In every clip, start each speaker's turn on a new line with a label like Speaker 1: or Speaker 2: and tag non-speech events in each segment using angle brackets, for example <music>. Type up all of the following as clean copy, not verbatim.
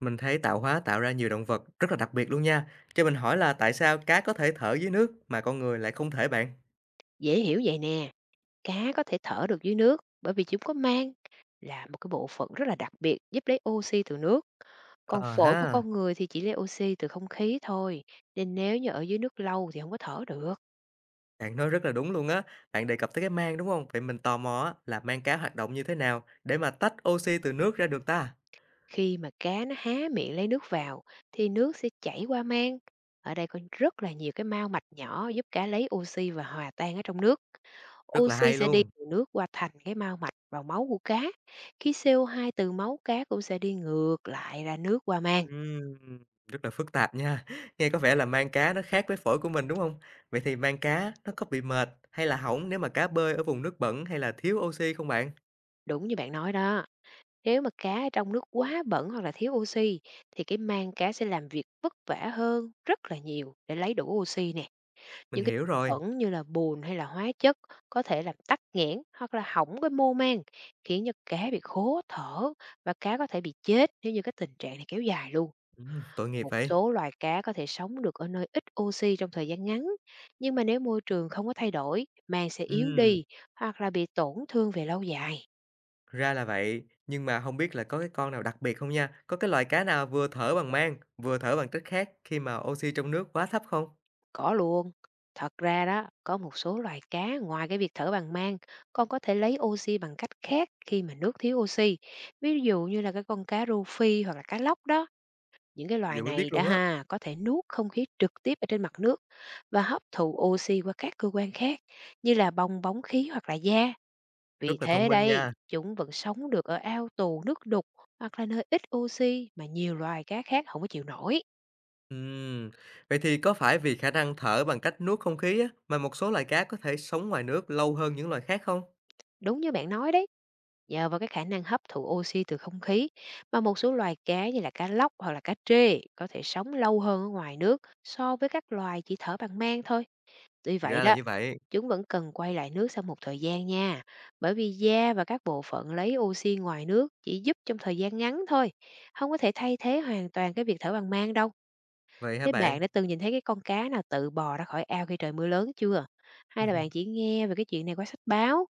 Speaker 1: Mình thấy tạo hóa tạo ra nhiều động vật rất là đặc biệt luôn nha. Cho mình hỏi là tại sao cá có thể thở dưới nước mà con người lại không thể bạn?
Speaker 2: Dễ hiểu vậy nè, cá có thể thở được dưới nước bởi vì chúng có mang là một cái bộ phận rất là đặc biệt giúp lấy oxy từ nước. Còn
Speaker 1: Ờ
Speaker 2: phổi của
Speaker 1: ha,
Speaker 2: con người thì chỉ lấy oxy từ không khí thôi, nên nếu như ở dưới nước lâu thì không có thở được.
Speaker 1: bạn nói rất là đúng luôn á. Bạn đề cập tới cái mang đúng không? Vậy mình tò mò á, là mang cá hoạt động như thế nào để mà tách oxy từ nước ra được ta?
Speaker 2: Khi mà cá nó há miệng lấy nước vào thì nước sẽ chảy qua mang. Ở đây có rất là nhiều cái mao mạch nhỏ giúp cá lấy oxy và hòa tan ở trong nước.
Speaker 1: Rất là
Speaker 2: Oxy
Speaker 1: hay
Speaker 2: sẽ đi
Speaker 1: luôn.
Speaker 2: từ nước qua thành cái mao mạch vào máu của cá. Khi CO2 từ máu cá cũng sẽ đi ngược lại ra nước qua mang.
Speaker 1: Ừm, rất là phức tạp nha. Nghe có vẻ là mang cá nó khác với phổi của mình đúng không? Vậy thì mang cá nó có bị mệt hay là hỏng nếu mà cá bơi ở vùng nước bẩn hay là thiếu oxy không bạn?
Speaker 2: Đúng như bạn nói đó. Nếu mà cá ở trong nước quá bẩn hoặc là thiếu oxy thì cái mang cá sẽ làm việc vất vả hơn rất là nhiều để lấy đủ oxy nè.
Speaker 1: Mình
Speaker 2: Những cái
Speaker 1: hiểu
Speaker 2: chất
Speaker 1: rồi.
Speaker 2: bẩn như là bùn hay là hóa chất có thể làm tắc nghẽn hoặc là hỏng cái mô mang, khiến cho cá bị khó thở và cá có thể bị chết nếu như cái tình trạng này kéo dài luôn.
Speaker 1: Tội nghiệp
Speaker 2: Một
Speaker 1: vậy.
Speaker 2: số loài cá có thể sống được ở nơi ít oxy trong thời gian ngắn, nhưng mà nếu môi trường không có thay đổi, mang sẽ yếu
Speaker 1: Ừm.
Speaker 2: đi hoặc là bị tổn thương về lâu dài.
Speaker 1: Ra là vậy, nhưng mà không biết là có cái con nào đặc biệt không nha? Có cái loại cá nào vừa thở bằng mang, vừa thở bằng cách khác khi mà oxy trong nước quá thấp không?
Speaker 2: Có luôn. Thật ra đó, có một số loài cá ngoài cái việc thở bằng mang, con có thể lấy oxy bằng cách khác khi mà nước thiếu oxy. Ví dụ như là cái con cá rô phi hoặc là cá lóc đó. Những cái loài
Speaker 1: Giờ mới biết
Speaker 2: này đã
Speaker 1: luôn á,
Speaker 2: ha, có thể nuốt không khí trực tiếp ở trên mặt nước và hấp thụ oxy qua các cơ quan khác như là bong bóng khí hoặc là da.
Speaker 1: rất
Speaker 2: Vì
Speaker 1: là thông
Speaker 2: thế
Speaker 1: minh
Speaker 2: đây,
Speaker 1: nha.
Speaker 2: chúng vẫn sống được ở ao tù, nước đục hoặc là nơi ít oxy mà nhiều loài cá khác không có chịu nổi.
Speaker 1: Ừm, vậy thì có phải vì khả năng thở bằng cách nuốt không khí á, mà một số loài cá có thể sống ngoài nước lâu hơn những loài khác không?
Speaker 2: Đúng như bạn nói đấy, nhờ vào cái khả năng hấp thụ oxy từ không khí mà một số loài cá như là cá lóc hoặc là cá trê có thể sống lâu hơn ở ngoài nước so với các loài chỉ thở bằng mang thôi. Tuy
Speaker 1: Thì
Speaker 2: vậy
Speaker 1: ra là
Speaker 2: đó,
Speaker 1: như vậy.
Speaker 2: chúng vẫn cần quay lại nước sau một thời gian nha, bởi vì da và các bộ phận lấy oxy ngoài nước chỉ giúp trong thời gian ngắn thôi, không có thể thay thế hoàn toàn cái việc thở bằng mang đâu.
Speaker 1: Vậy hả
Speaker 2: Thế
Speaker 1: bạn?
Speaker 2: bạn đã từng nhìn thấy cái con cá nào tự bò ra khỏi ao khi trời mưa lớn chưa? Hay là bạn chỉ
Speaker 1: <laughs>
Speaker 2: nghe về cái chuyện này qua sách báo?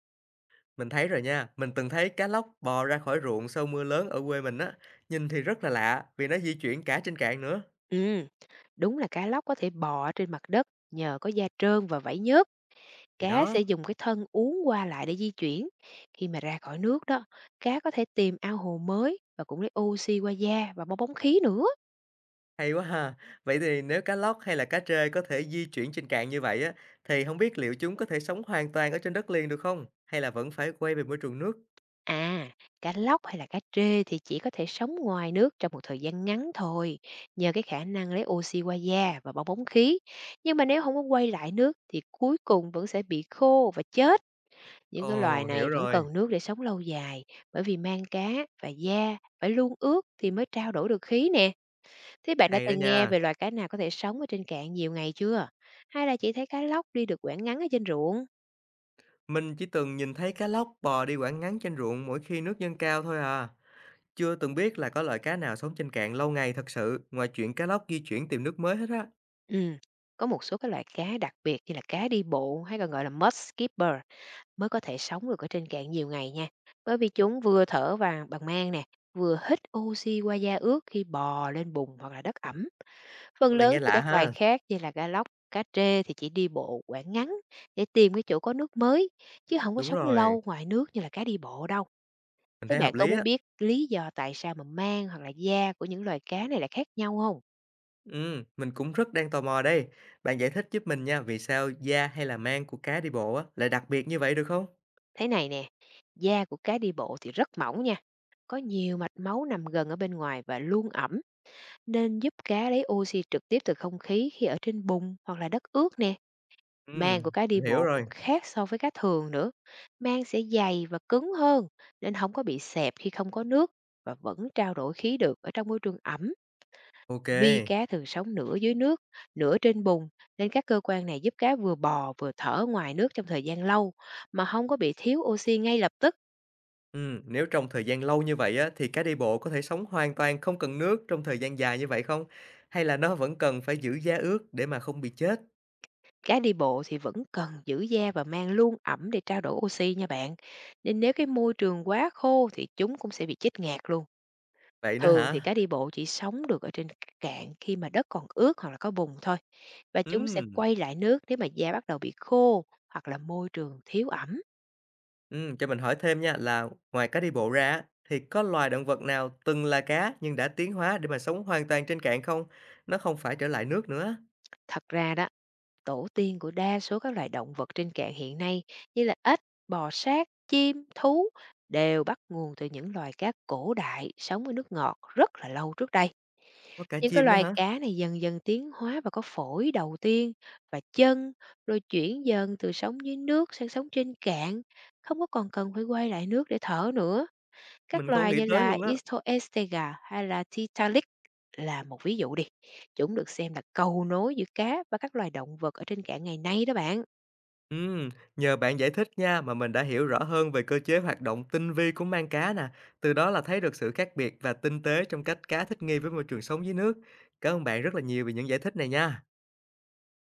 Speaker 1: Mình thấy rồi nha, mình từng thấy cá lóc bò ra khỏi ruộng sau mưa lớn ở quê mình á, nhìn thì rất là lạ vì nó di chuyển cả trên cạn nữa.
Speaker 2: Ừ, đúng là cá lóc có thể bò trên mặt đất nhờ có da trơn và vảy nhớt.
Speaker 1: Thì
Speaker 2: Cá
Speaker 1: đó.
Speaker 2: sẽ dùng cái thân uốn qua lại để di chuyển. Khi mà ra khỏi nước đó, cá có thể tìm ao hồ mới và cũng lấy oxy qua da và bong bóng khí nữa.
Speaker 1: Hay quá ha! Vậy thì nếu cá lóc hay là cá trê có thể di chuyển trên cạn như vậy á, thì không biết liệu chúng có thể sống hoàn toàn ở trên đất liền được không? Hay là vẫn phải quay về môi trường nước?
Speaker 2: À, cá lóc hay là cá trê thì chỉ có thể sống ngoài nước trong một thời gian ngắn thôi, nhờ cái khả năng lấy oxy qua da và bong bóng khí. Nhưng mà nếu không có quay lại nước thì cuối cùng vẫn sẽ bị khô và chết. Những cái loài
Speaker 1: Ồ,
Speaker 2: này
Speaker 1: hiểu
Speaker 2: vẫn cần
Speaker 1: rồi,
Speaker 2: nước để sống lâu dài, bởi vì mang cá và da phải luôn ướt thì mới trao đổi được khí nè. Thế bạn đã
Speaker 1: hay đó
Speaker 2: từng nghe
Speaker 1: nha.
Speaker 2: về loài cá nào có thể sống ở trên cạn nhiều ngày chưa? Hay là chỉ thấy cá lóc đi được quãng ngắn ở trên ruộng?
Speaker 1: Mình chỉ từng nhìn thấy cá lóc bò đi quãng ngắn trên ruộng mỗi khi nước dâng cao thôi à. Chưa từng biết là có loài cá nào sống trên cạn lâu ngày thật sự, ngoài chuyện cá lóc di chuyển tìm nước mới hết á.
Speaker 2: Ừ, có một số cái loại cá đặc biệt như là cá đi bộ hay còn gọi là mudskipper mới có thể sống được ở trên cạn nhiều ngày nha. Bởi vì chúng vừa thở vào bằng mang nè, vừa hít oxy qua da ướt khi bò lên bùn hoặc là đất ẩm. Phần
Speaker 1: Con này
Speaker 2: lớn
Speaker 1: nghe
Speaker 2: thì
Speaker 1: lạ
Speaker 2: các loài
Speaker 1: ha.
Speaker 2: khác như là cá lóc, cá trê thì chỉ đi bộ quãng ngắn để tìm cái chỗ có nước mới, chứ không có
Speaker 1: Đúng
Speaker 2: sống
Speaker 1: rồi,
Speaker 2: lâu ngoài nước như là cá đi bộ đâu.
Speaker 1: mình
Speaker 2: Thế
Speaker 1: thấy hợp
Speaker 2: bạn có
Speaker 1: lý
Speaker 2: muốn
Speaker 1: á.
Speaker 2: biết lý do tại sao mà mang hoặc là da của những loài cá này là khác nhau không?
Speaker 1: Mình cũng rất đang tò mò đây. Bạn giải thích giúp mình nha, vì sao da hay là mang của cá đi bộ á lại đặc biệt như vậy được không?
Speaker 2: Thế này nè, da của cá đi bộ thì rất mỏng nha, có nhiều mạch máu nằm gần ở bên ngoài và luôn ẩm, nên giúp cá lấy oxy trực tiếp từ không khí khi ở trên bùn hoặc là đất ướt nè.
Speaker 1: Ừm,
Speaker 2: Mang của cá đi
Speaker 1: mình hiểu
Speaker 2: bộ cũng
Speaker 1: rồi.
Speaker 2: khác so với cá thường nữa. Mang sẽ dày và cứng hơn nên không có bị xẹp khi không có nước và vẫn trao đổi khí được ở trong môi trường ẩm.
Speaker 1: Ok.
Speaker 2: Vì cá thường sống nửa dưới nước, nửa trên bùn nên các cơ quan này giúp cá vừa bò vừa thở ngoài nước trong thời gian lâu mà không có bị thiếu oxy ngay lập tức.
Speaker 1: Nếu trong thời gian lâu như vậy á thì cá đi bộ có thể sống hoàn toàn không cần nước trong thời gian dài như vậy không? Hay là nó vẫn cần phải giữ da ướt để mà không bị chết?
Speaker 2: Gái đi bộ thì vẫn cần giữ da và mang luôn ẩm để trao đổi oxy nha bạn. Nên nếu cái môi trường quá khô thì chúng cũng sẽ bị chết ngạt luôn.
Speaker 1: Vậy nữa
Speaker 2: Thường thì
Speaker 1: hả?
Speaker 2: cá đi bộ chỉ sống được ở trên cạn khi mà đất còn ướt hoặc là có bùn thôi. Và chúng sẽ
Speaker 1: Ừm,
Speaker 2: quay lại nước nếu mà da bắt đầu bị khô hoặc là môi trường thiếu ẩm.
Speaker 1: ừm, cho mình hỏi thêm nha là ngoài cá đi bộ ra á, thì có loài động vật nào từng là cá nhưng đã tiến hóa để mà sống hoàn toàn trên cạn không? Nó không phải trở lại nước nữa.
Speaker 2: Thật ra đó, tổ tiên của đa số các loài động vật trên cạn hiện nay như là ếch, bò sát, chim, thú đều bắt nguồn từ những loài cá cổ đại sống ở nước ngọt rất là lâu trước đây.
Speaker 1: Có cả
Speaker 2: Những cái
Speaker 1: chim nữa
Speaker 2: loài
Speaker 1: hả?
Speaker 2: cá này dần dần tiến hóa và có phổi đầu tiên và chân, rồi chuyển dần từ sống dưới nước sang sống trên cạn, không có còn cần phải quay lại nước để thở nữa. Các
Speaker 1: Mình không
Speaker 2: loài
Speaker 1: nghĩ
Speaker 2: như
Speaker 1: tới
Speaker 2: là
Speaker 1: luôn á.
Speaker 2: Ichthyostega hay là Tiktaalik là một ví dụ đi. Chúng được xem là cầu nối giữa cá và các loài động vật ở trên cạn ngày nay đó bạn.
Speaker 1: Ừm, nhờ bạn giải thích nha mà mình đã hiểu rõ hơn về cơ chế hoạt động tinh vi của mang cá nè. Từ đó là thấy được sự khác biệt và tinh tế trong cách cá thích nghi với môi trường sống dưới nước. Cảm ơn bạn rất là nhiều vì những giải thích này nha.